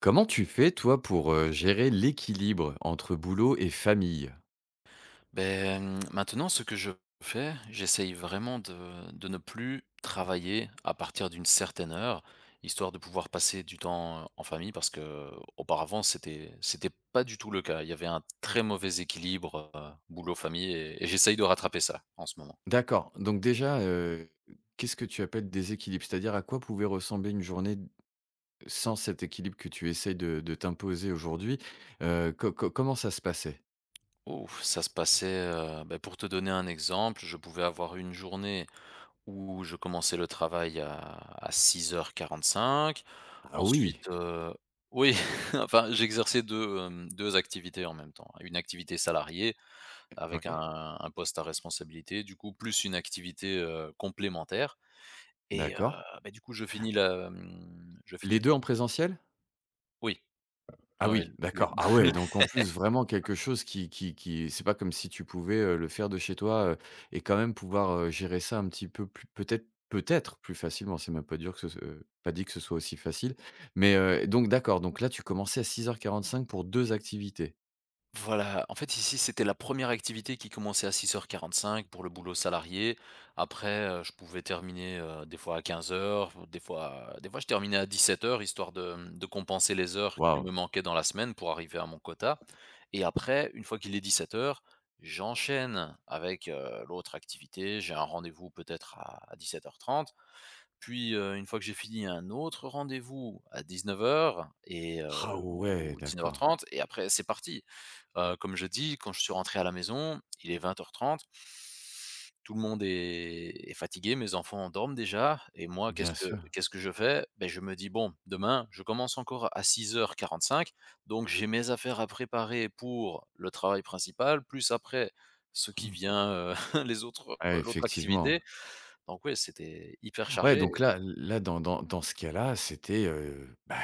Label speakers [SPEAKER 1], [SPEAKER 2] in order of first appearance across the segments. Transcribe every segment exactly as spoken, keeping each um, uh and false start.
[SPEAKER 1] Comment tu fais, toi, pour, heu, gérer l'équilibre entre boulot et famille?
[SPEAKER 2] Ben maintenant ce que je fais, j'essaye vraiment de de ne plus travailler à partir d'une certaine heure, histoire de pouvoir passer du temps en famille parce que auparavant c'était c'était pas du tout le cas. Il y avait un très mauvais équilibre, heu, boulot famille et et j'essaye de rattraper ça en ce moment.
[SPEAKER 1] D'accord, donc déjà, heu, qu'est-ce que tu appelles déséquilibre? C'est-à-dire à quoi pouvait ressembler une journée sans cet équilibre que tu essayes de de t'imposer aujourd'hui? Heu, co co Comment ça se passait?
[SPEAKER 2] Ouf, ça se passait, heu, beh, pour te donner un exemple, je pouvais avoir une journée Où je commençais le travail à à cinq.
[SPEAKER 1] Ah oui!
[SPEAKER 2] Ensuite, heu oui, enfin, j'exerçais deux hem, deux activités en même temps. Une activité salariée avec
[SPEAKER 1] Oui.
[SPEAKER 2] un un poste à responsabilité, du coup, plus une activité, heu, complémentaire et heu,
[SPEAKER 1] D'accord.
[SPEAKER 2] bah, du coup, je finis la, mmh, je finis
[SPEAKER 1] Les
[SPEAKER 2] le.
[SPEAKER 1] deux en présentiel?
[SPEAKER 2] Oui,
[SPEAKER 1] Ah
[SPEAKER 2] ouais, ouais.
[SPEAKER 1] oui, d'accord. Ah ouais, donc en plus vraiment quelque chose qui qui qui c'est pas comme si tu pouvais, heu, le faire de chez toi, heu et quand même pouvoir, heu, gérer ça un petit peu plus peut-être peut-être plus facilement. C'est même pas dur que ce heu, pas dit que ce soit aussi facile. Mais, heu, donc d'accord, donc là tu commençais à six heures quarante-cinq pour deux activités.
[SPEAKER 2] Voilà, en fait ici c'était la première activité qui commençait à six heures quarante-cinq pour le boulot salarié. Après, heu, je pouvais terminer, heu, des fois à quinze heures, des fois des fois je terminais à dix-sept heures histoire de, mmh, de compenser les heures qui
[SPEAKER 1] Waouh!
[SPEAKER 2] me manquaient dans la semaine pour arriver à mon quota, et après une fois qu'il est dix-sept heures, j'enchaîne avec, heu, l'autre activité. J'ai un rendez-vous peut-être à à dix-sept heures trente. Puis, heu, une fois que j'ai fini, un autre rendez-vous à dix-neuf heures et heu,
[SPEAKER 1] Ah ouais,
[SPEAKER 2] ou
[SPEAKER 1] d'accord.
[SPEAKER 2] dix-neuf heures trente et après c'est parti. Heu, comme je dis, quand je suis rentré à la maison, il est vingt heures trente. Tout le monde est est fatigué, mes enfants dorment déjà et moi qu'est-ce
[SPEAKER 1] Bien
[SPEAKER 2] que
[SPEAKER 1] sûr.
[SPEAKER 2] qu'est-ce que je fais? Ben je me dis: «Bon, demain, je commence encore à six heures quarante-cinq, donc j'ai mes affaires à préparer pour le travail principal, plus après ce qui vient, heu, les autres
[SPEAKER 1] Ouais,
[SPEAKER 2] l'autre
[SPEAKER 1] effectivement.
[SPEAKER 2] activité». Donc oui, c'était hyper
[SPEAKER 1] Ouais,
[SPEAKER 2] chargé.
[SPEAKER 1] donc là là, dans dans dans ce cas-là, c'était, heu, bah,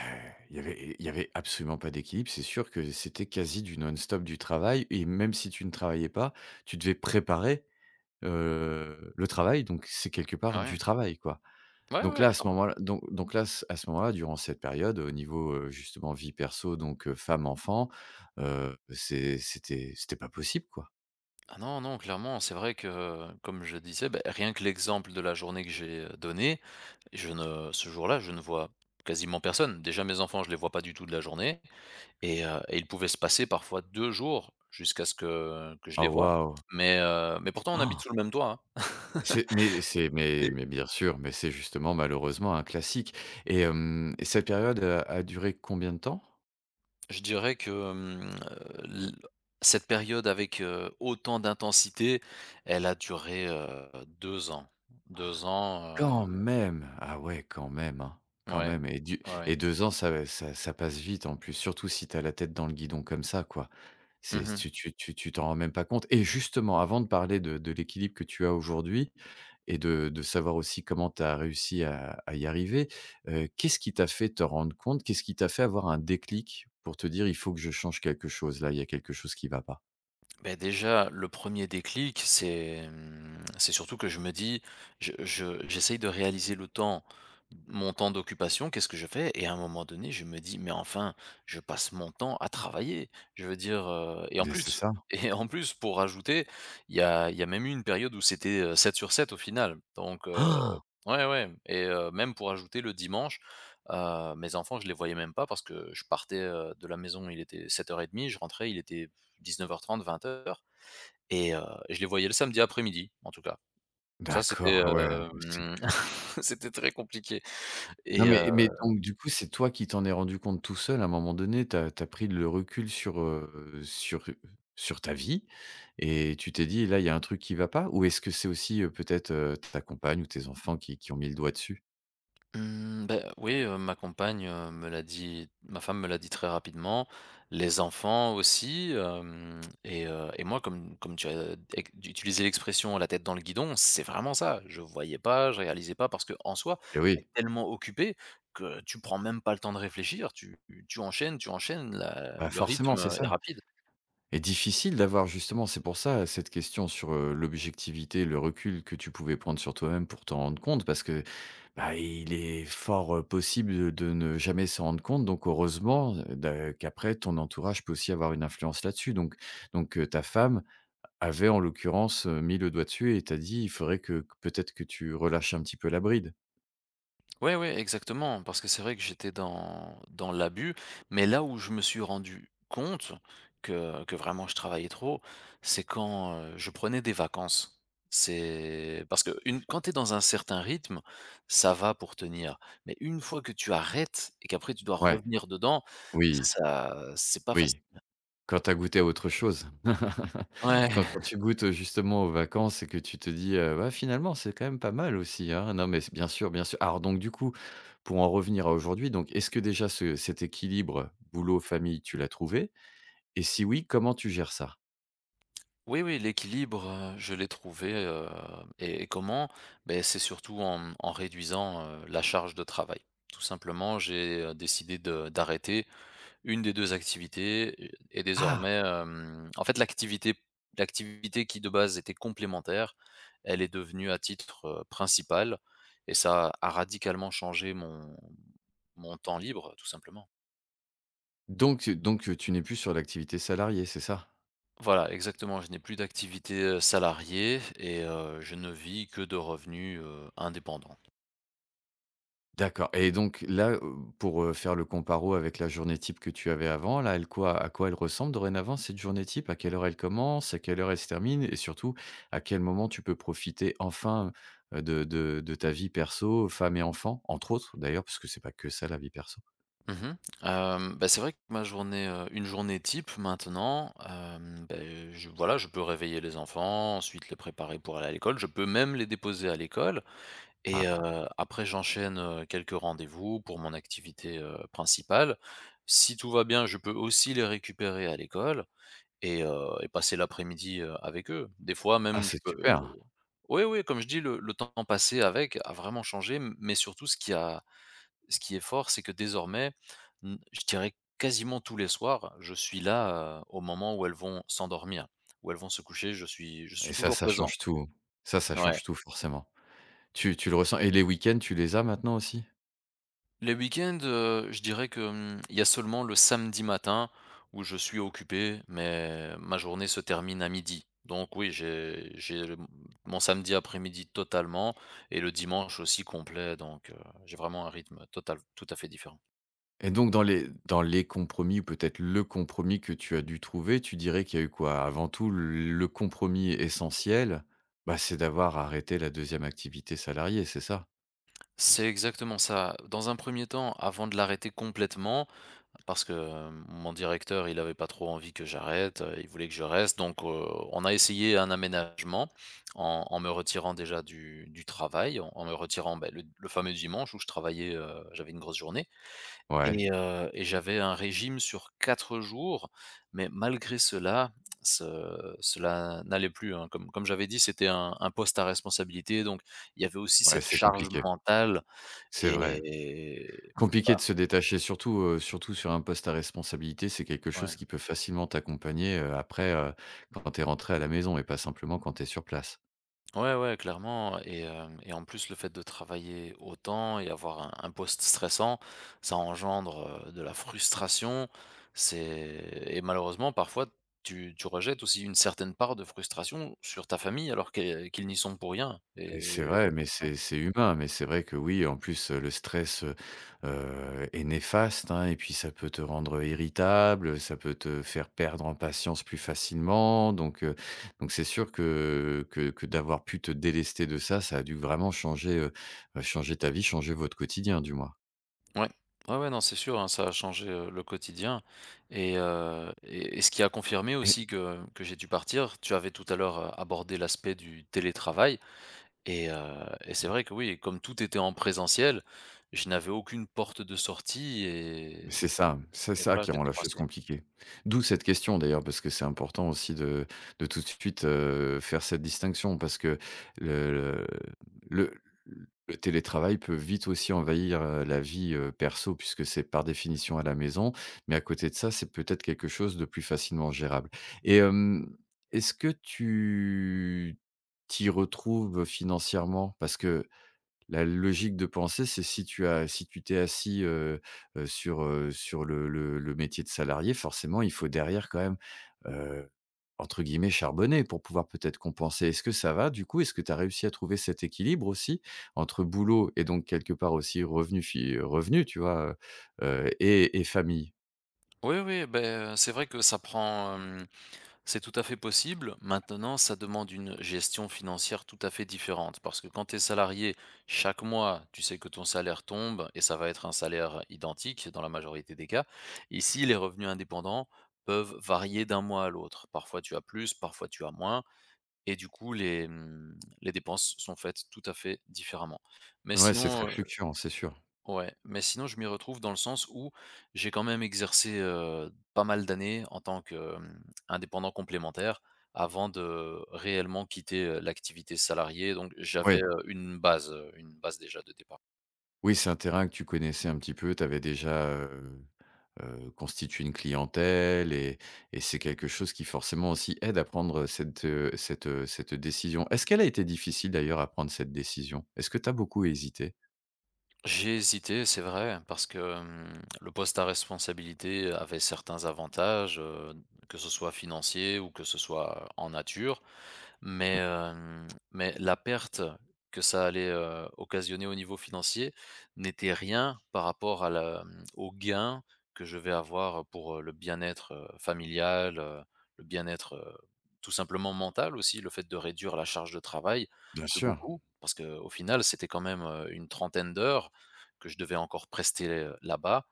[SPEAKER 1] il y avait il y avait absolument pas d'équilibre. C'est sûr que c'était quasi du non-stop du travail et même si tu ne travaillais pas, tu devais préparer, heu, le travail, donc c'est quelque part du
[SPEAKER 2] Ah
[SPEAKER 1] travail, quoi.
[SPEAKER 2] ouais. Ouais,
[SPEAKER 1] Donc
[SPEAKER 2] ouais,
[SPEAKER 1] là, à ce
[SPEAKER 2] clairement.
[SPEAKER 1] moment-là donc donc là, c à ce moment-là, durant cette période, au niveau, heu, justement vie perso, donc heu, femme, enfant, heu, c'est c'était c'était pas possible, quoi.
[SPEAKER 2] Ah non, non, clairement, c'est vrai que, comme je disais, beh, rien que l'exemple de la journée que j'ai, heu, donnée, je ne ce jour-là, je ne vois quasiment personne. Déjà mes enfants, je les vois pas du tout de la journée et heu et il pouvait se passer parfois deux jours jusqu'à ce que que je les
[SPEAKER 1] Ah
[SPEAKER 2] vois.
[SPEAKER 1] waouh!
[SPEAKER 2] Mais heu, mais pourtant on habite
[SPEAKER 1] Oh!
[SPEAKER 2] sous le même toit, hein.
[SPEAKER 1] C'est mais c'est mais
[SPEAKER 2] Et
[SPEAKER 1] mais bien sûr, mais c'est justement malheureusement un classique et hem et cette période, heu, a duré combien de temps?
[SPEAKER 2] je dirais que, hem, heu, l cette période avec, heu, autant d'intensité, elle a duré, heu, deux ans. Deux ans,
[SPEAKER 1] Quand
[SPEAKER 2] heu,
[SPEAKER 1] même! Ah ouais, quand même, hein, quand
[SPEAKER 2] ouais,
[SPEAKER 1] même et du
[SPEAKER 2] ouais.
[SPEAKER 1] et deux ans, ça ça ça passe vite en plus, surtout si tu as la tête dans le guidon comme ça, quoi. C'est
[SPEAKER 2] Mmh
[SPEAKER 1] tu tu tu tu t'en rends même pas compte et justement, avant de parler de de l'équilibre que tu as aujourd'hui et de de savoir aussi comment tu as réussi à à y arriver. Heu, qu'est-ce qui t'a fait te rendre compte? Qu'est-ce qui t'a fait avoir un déclic pour te dire: «Il faut que je change quelque chose là, il y a quelque chose qui va pas»?
[SPEAKER 2] ben déjà, le premier déclic, c'est, hem, c'est surtout que je me dis: «Je je j'essaye de réaliser le temps, mon temps d'occupation, qu'est-ce que je fais?» Et à un moment donné, je me dis: «Mais enfin, je passe mon temps à travailler». Je veux dire, heu et en
[SPEAKER 1] Mais c'est
[SPEAKER 2] plus
[SPEAKER 1] ça?
[SPEAKER 2] et en plus pour rajouter, il y a il y a même eu une période où c'était, heu, sept sur sept au final. Donc heu,
[SPEAKER 1] Ah,
[SPEAKER 2] ouais, ouais et heu, même pour ajouter le dimanche, heu, mes enfants, je les voyais même pas parce que je partais, heu, de la maison, il était sept heures trente, je rentrais, il était dix-neuf heures trente, vingt heures et heu, je les voyais le samedi après-midi, en tout cas. Ça,
[SPEAKER 1] d'accord,
[SPEAKER 2] c'était,
[SPEAKER 1] ah ouais, mais c'est
[SPEAKER 2] hem, c'était très compliqué
[SPEAKER 1] non
[SPEAKER 2] et heu,
[SPEAKER 1] mais mais donc du coup, c'est toi qui t'en es rendu compte tout seul à un moment donné, tu as tu pris le recul sur, heu, sur, euh, sur ta vie et tu t'es dit: «Là, il y a un truc qui va pas», ou est-ce que c'est aussi, heu, peut-être, heu, ta compagne ou tes enfants qui qui ont mis le doigt dessus?
[SPEAKER 2] mmh, bah, oui, heu, ma compagne, heu, me l'a dit ma femme me l'a dit très rapidement, les enfants aussi, hem et heu et moi, comme comme tu as ex utilisé l'expression «la tête dans le guidon», c'est vraiment ça. Je voyais pas, je réalisais pas parce que en soi,
[SPEAKER 1] Eh
[SPEAKER 2] tu es
[SPEAKER 1] oui,
[SPEAKER 2] tellement occupé que tu prends même pas le temps de réfléchir, tu tu enchaînes, tu enchaînes, la
[SPEAKER 1] bah,
[SPEAKER 2] le
[SPEAKER 1] forcément,
[SPEAKER 2] rythme
[SPEAKER 1] c'est
[SPEAKER 2] est
[SPEAKER 1] ça.
[SPEAKER 2] rapide.
[SPEAKER 1] Et difficile d'avoir justement, c'est pour ça, cette question sur, heu, l'objectivité, le recul que tu pouvais prendre sur toi-même pour t'en rendre compte parce que, bah, il est fort, heu, possible, heu, de ne jamais s'en rendre compte, donc heureusement, heu, d'a qu'après ton entourage peut aussi avoir une influence là-dessus, donc donc heu, ta femme avait en l'occurrence, heu, mis le doigt dessus et t'a dit: «Il faudrait que que peut-être que tu relâches un petit peu la bride».
[SPEAKER 2] Ouais, ouais, exactement, parce que c'est vrai que j'étais dans dans l'abus, mais là où je me suis rendu compte que que vraiment je travaillais trop, c'est quand, heu, je prenais des vacances. C'est parce que une quand tu es dans un certain rythme, ça va pour tenir, mais une fois que tu arrêtes et qu'après tu dois
[SPEAKER 1] Ouais,
[SPEAKER 2] revenir dedans,
[SPEAKER 1] oui,
[SPEAKER 2] ça c'est pas facile.
[SPEAKER 1] oui. Quand tu as goûté à autre chose.
[SPEAKER 2] Ouais.
[SPEAKER 1] Quand quand tu goûtes, justement aux vacances et que tu te dis, heu: «Bah, finalement, c'est quand même pas mal aussi, hein». Non, mais c'est bien sûr, bien sûr. Alors donc du coup, pour en revenir à aujourd'hui, donc est-ce que déjà ce cet équilibre boulot-famille, tu l'as trouvé? Et si oui, comment tu gères ça?
[SPEAKER 2] Oui, oui, l'équilibre, heu, je l'ai trouvé, heu et et comment? Ben, c'est surtout en en réduisant, heu, la charge de travail. Tout simplement, j'ai, heu, décidé de d'arrêter une des deux activités et et
[SPEAKER 1] Ah!
[SPEAKER 2] désormais, hem, en fait, l'activité l'activité qui, de base, était complémentaire, elle est devenue à titre, heu, principal, et ça a radicalement changé mon mon temps libre, tout simplement.
[SPEAKER 1] Donc donc tu n'es plus sur l'activité salariée, c'est ça?
[SPEAKER 2] Voilà, exactement. Je n'ai plus d'activité, heu, salariée et heu, je ne vis que de revenus, heu, indépendants.
[SPEAKER 1] D'accord, et donc là, heu, pour, heu, faire le comparo avec la journée type que tu avais avant, là, elle quoi à quoi elle ressemble dorénavant cette journée type? À quelle heure elle commence? À quelle heure elle se termine? Et surtout, à quel moment tu peux profiter enfin, heu, de de de ta vie perso, femme et enfant, entre autres d'ailleurs, parce que c'est pas que ça la vie perso?
[SPEAKER 2] Mmh mh. Euh, bah, c'est vrai que ma journée, heu, une journée type maintenant, hem, beh, je voilà, je peux réveiller les enfants, ensuite les préparer pour aller à l'école. Je peux même les déposer à l'école et
[SPEAKER 1] Ah,
[SPEAKER 2] heu, après j'enchaîne, heu, quelques rendez-vous pour mon activité, heu, principale. Si tout va bien, je peux aussi les récupérer à l'école et heu et passer l'après-midi, heu, avec eux. Des fois
[SPEAKER 1] ah
[SPEAKER 2] même je
[SPEAKER 1] c'est
[SPEAKER 2] peux.
[SPEAKER 1] super,
[SPEAKER 2] Oui, oui, comme je dis, le le temps passé avec a vraiment changé, m mais surtout ce qui a ce qui est fort, c'est que désormais, mmh, je dirais quasiment tous les soirs, je suis là, heu, au moment où elles vont s'endormir, où elles vont se coucher, je suis je
[SPEAKER 1] et
[SPEAKER 2] suis
[SPEAKER 1] ça,
[SPEAKER 2] toujours
[SPEAKER 1] ça
[SPEAKER 2] présent.
[SPEAKER 1] change tout. Ça, ça
[SPEAKER 2] Ouais.
[SPEAKER 1] change tout forcément. Tu tu le ressens, et les week-ends, tu les as maintenant aussi?
[SPEAKER 2] Les week-ends, heu, je dirais que, mmh, il y a seulement le samedi matin où je suis occupé, mais ma journée se termine à midi. Donc oui, j'ai j'ai le mon samedi après-midi totalement et le dimanche aussi complet, donc heu, j'ai vraiment un rythme total tout à fait différent.
[SPEAKER 1] Et donc dans les dans les compromis ou peut-être le compromis que tu as dû trouver, tu dirais qu'il y a eu quoi? Avant tout, le le compromis essentiel, bah, c'est d'avoir arrêté la deuxième activité salariée, c'est ça?
[SPEAKER 2] C'est exactement ça. Dans un premier temps, avant de l'arrêter complètement, parce que, heu, mon directeur, il avait pas trop envie que j'arrête, heu, il voulait que je reste donc, heu, on a essayé un aménagement en en me retirant déjà du du travail, en en me retirant, beh, le le fameux dimanche où je travaillais, heu, j'avais une grosse journée
[SPEAKER 1] Ouais,
[SPEAKER 2] et heu et j'avais un régime sur quatre jours, mais malgré cela, ce cela n'allait plus, hein. Comme comme j'avais dit, c'était un un poste à responsabilité donc il y avait aussi
[SPEAKER 1] ouais,
[SPEAKER 2] cette
[SPEAKER 1] c'est
[SPEAKER 2] charge
[SPEAKER 1] compliqué,
[SPEAKER 2] mentale
[SPEAKER 1] c'est vrai.
[SPEAKER 2] et
[SPEAKER 1] Compliqué
[SPEAKER 2] enfin,
[SPEAKER 1] de se détacher, surtout, heu, surtout sur un poste à responsabilité, c'est quelque chose
[SPEAKER 2] ouais.
[SPEAKER 1] qui peut facilement t'accompagner, heu, après, heu, quand tu es rentré à la maison et pas simplement quand tu es sur place.
[SPEAKER 2] Ouais, ouais, clairement et hem et en plus, le fait de travailler autant et avoir un un poste stressant, ça engendre, heu, de la frustration. C'est Et malheureusement, parfois, tu tu rejettes aussi une certaine part de frustration sur ta famille alors qu'e qu'ils n'y sont pour rien
[SPEAKER 1] Et c'est
[SPEAKER 2] et
[SPEAKER 1] vrai, mais c'est c'est humain, mais c'est vrai que oui, en plus, heu, le stress, heu heu, est néfaste, hein, et puis ça peut te rendre irritable, ça peut te faire perdre en patience plus facilement, donc heu, donc c'est sûr que que que d'avoir pu te délester de ça, ça a dû vraiment changer, heu changer ta vie, changer votre quotidien, du moins.
[SPEAKER 2] ouais. Ouais, ouais, non, c'est sûr, hein, ça a changé, heu, le quotidien et heu et et ce qui a confirmé aussi que que j'ai dû partir, tu avais tout à l'heure, heu, abordé l'aspect du télétravail. Et heu et c'est vrai que oui, comme tout était en présentiel, je n'avais aucune porte de sortie et
[SPEAKER 1] C'est ça, c'est
[SPEAKER 2] et
[SPEAKER 1] ça
[SPEAKER 2] voilà,
[SPEAKER 1] qui rend
[SPEAKER 2] j'étais
[SPEAKER 1] la chose
[SPEAKER 2] coincé.
[SPEAKER 1] compliquée. D'où cette question d'ailleurs, parce que c'est important aussi de de tout de suite, heu, faire cette distinction parce que le le le le télétravail peut vite aussi envahir, heu, la vie, heu, perso puisque c'est par définition à la maison, mais à côté de ça, c'est peut-être quelque chose de plus facilement gérable et hem, est-ce que tu t'y retrouves financièrement? Parce que la logique de pensée, c'est si tu as si tu t'es assis, heu heu, sur, heu, sur le le le métier de salarié, forcément, il faut derrière quand même, heu, entre guillemets, «charbonner» pour pouvoir peut-être compenser. Est-ce que ça va du coup? Est-ce que tu as réussi à trouver cet équilibre aussi entre boulot et donc quelque part aussi revenu fi revenu, tu vois? Heu et et famille?
[SPEAKER 2] Oui, oui, beh, c'est vrai que ça prend, hem, c'est tout à fait possible. Maintenant, ça demande une gestion financière tout à fait différente parce que quand tu es salarié, chaque mois, tu sais que ton salaire tombe et ça va être un salaire identique dans la majorité des cas. Ici, les revenus indépendants peuvent varier d'un mois à l'autre. Parfois, tu as plus, parfois tu as moins. Et du coup, les, mmh, les dépenses sont faites tout à fait différemment. Mais
[SPEAKER 1] Ouais, c'est
[SPEAKER 2] sinon,
[SPEAKER 1] très
[SPEAKER 2] heu
[SPEAKER 1] fluctuant, c'est sûr.
[SPEAKER 2] ouais, mais sinon je m'y retrouve dans le sens où j'ai quand même exercé, heu, pas mal d'années en tant que, mmh, indépendant complémentaire avant de réellement quitter, heu, l'activité salariée, donc j'avais,
[SPEAKER 1] Oui.
[SPEAKER 2] heu, une base, heu, une base déjà de départ.
[SPEAKER 1] Oui, c'est un terrain que tu connaissais un petit peu, tu avais déjà, heu heu, constitué une clientèle, et et c'est quelque chose qui forcément aussi aide à prendre cette, heu cette, heu cette décision. Est-ce qu'elle a été difficile d'ailleurs à prendre cette décision? Est-ce que tu as beaucoup hésité?
[SPEAKER 2] J'ai hésité, c'est vrai, parce que, mmh, le poste à responsabilité avait certains avantages, heu, que ce soit financier ou que ce soit en nature. Mais, hem, mais la perte que ça allait, heu, occasionner au niveau financier n'était rien par rapport à la, mmh, au gain que je vais avoir pour, heu, le bien-être, heu, familial, heu, le bien-être, heu, tout simplement mental aussi. Le fait de réduire la charge de travail
[SPEAKER 1] Bien
[SPEAKER 2] de
[SPEAKER 1] sûr,
[SPEAKER 2] beaucoup, parce qu'au final, c'était quand même, heu, une trentaine d'heures que je devais encore prester, heu, là-bas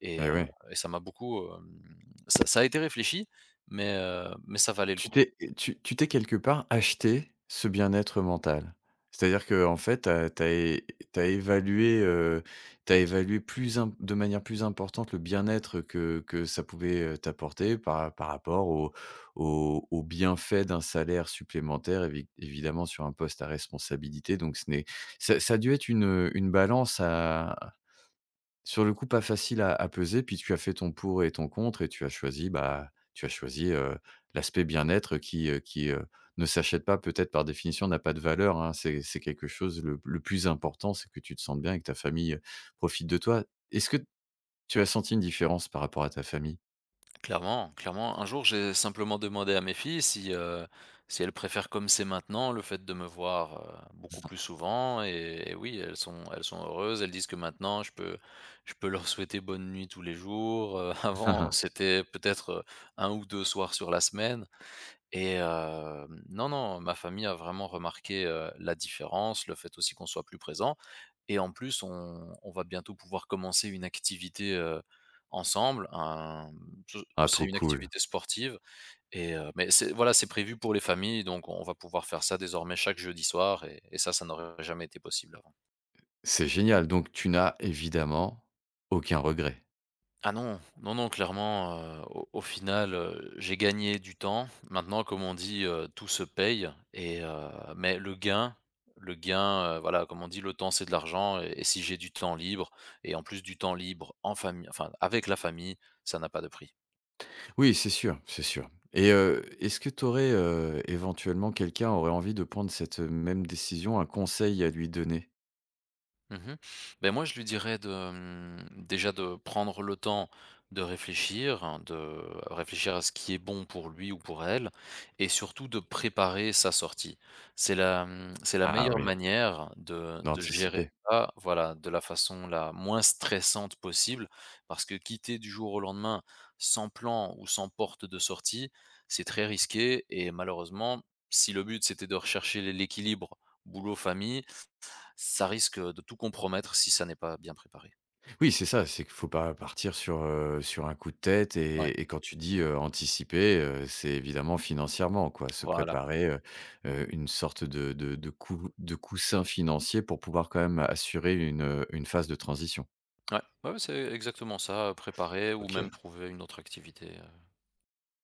[SPEAKER 2] et
[SPEAKER 1] et
[SPEAKER 2] heu
[SPEAKER 1] oui.
[SPEAKER 2] et ça m'a beaucoup, hem, ça ça a été réfléchi, mais, heu, mais ça valait le
[SPEAKER 1] Tu
[SPEAKER 2] coup.
[SPEAKER 1] t'es tu tu t'es quelque part acheté ce bien-être mental. C'est-à-dire qu'en fait, tu as tu as é tu as évalué, heu, tu as évalué plus im de manière plus importante le bien-être que que ça pouvait, heu, t'apporter par par rapport au au au bienfait d'un salaire supplémentaire évi évidemment sur un poste à responsabilité, donc ce n'est ça ça a dû être une, heu, une balance à sur le coup, pas facile à à peser, puis tu as fait ton pour et ton contre et tu as choisi, bah, tu as choisi, heu, l'aspect bien-être qui, heu qui, heu, ne s'achète pas, peut-être par définition, n'a pas de valeur, hein. C'est c'est quelque chose le le plus important, c'est que tu te sentes bien et que ta famille, heu, profite de toi. Est-ce que tu as senti une différence par rapport à ta famille?
[SPEAKER 2] Clairement, clairement. Un jour, j'ai simplement demandé à mes filles si, euh, si elles préfèrent comme c'est maintenant le fait de me voir euh, beaucoup plus souvent. Et, et oui, elles sont, elles sont heureuses. Elles disent que maintenant, je peux, je peux leur souhaiter bonne nuit tous les jours. Euh, avant, c'était peut-être euh, un ou deux soirs sur la semaine. Et hem, non, non, ma famille a vraiment remarqué, heu, la différence, le fait aussi qu'on soit plus présent et en plus on on va bientôt pouvoir commencer une activité, heu, ensemble, un ce
[SPEAKER 1] Ah
[SPEAKER 2] c'est
[SPEAKER 1] trop
[SPEAKER 2] une
[SPEAKER 1] cool.
[SPEAKER 2] activité sportive et heu, mais c'est voilà, c'est prévu pour les familles donc on va pouvoir faire ça désormais chaque jeudi soir et et ça, ça n'aurait jamais été possible avant.
[SPEAKER 1] C'est génial, donc tu n'as évidemment aucun regret?
[SPEAKER 2] Ah non, non, non, clairement, heu, au au final, heu, j'ai gagné du temps. Maintenant, comme on dit, heu, tout se paye et heu, mais le gain le gain, heu, voilà, comme on dit: «Le temps, c'est de l'argent», et et si j'ai du temps libre et en plus du temps libre en famille, enfin avec la famille, ça n'a pas de prix.
[SPEAKER 1] Oui, c'est sûr, c'est sûr. Et heu, est-ce que tu aurais, éventuellement quelqu'un aurait envie de prendre cette, même décision, un conseil à lui donner?
[SPEAKER 2] Mmh mh. Ben, moi, je lui dirais de, hem, déjà de prendre le temps de réfléchir, hein, de réfléchir à ce qui est bon pour lui ou pour elle et surtout de préparer sa sortie. C'est la, mmh, c'est la
[SPEAKER 1] Ah
[SPEAKER 2] meilleure
[SPEAKER 1] oui.
[SPEAKER 2] manière de de gérer
[SPEAKER 1] D'anticiper.
[SPEAKER 2] ça, voilà, de la façon la moins stressante possible parce que quitter du jour au lendemain sans plan ou sans porte de sortie, c'est très risqué, et malheureusement, si le but c'était de rechercher l'équilibre boulot-famille, ça risque de tout compromettre si ça n'est pas bien préparé.
[SPEAKER 1] Oui, c'est ça, c'est qu'il faut pas partir sur, heu, sur un coup de tête,
[SPEAKER 2] Ouais.
[SPEAKER 1] et et quand tu dis, heu, anticiper, heu, c'est évidemment financièrement, quoi. Se
[SPEAKER 2] Voilà.
[SPEAKER 1] préparer, heu heu, une sorte de de de cou de coussin financier pour pouvoir quand même assurer une, heu, une phase de transition.
[SPEAKER 2] Ouais, ouais, ouais, c'est exactement ça, heu, préparer ou
[SPEAKER 1] OK.
[SPEAKER 2] même trouver une autre activité, heu.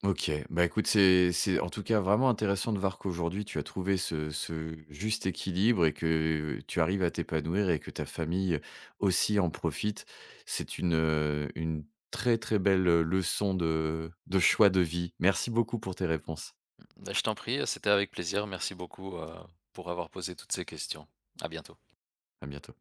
[SPEAKER 1] OK. Bah, écoute, c'est c'est en tout cas vraiment intéressant de voir qu'aujourd'hui tu as trouvé ce ce juste équilibre et que tu arrives à t'épanouir et que ta famille aussi en profite. C'est une, heu, une très, très belle, euh, leçon de de choix de vie. Merci beaucoup pour tes réponses.
[SPEAKER 2] Bah, je t'en prie, c'était avec plaisir. Merci beaucoup, heu, pour avoir posé toutes ces questions. À bientôt.
[SPEAKER 1] À bientôt.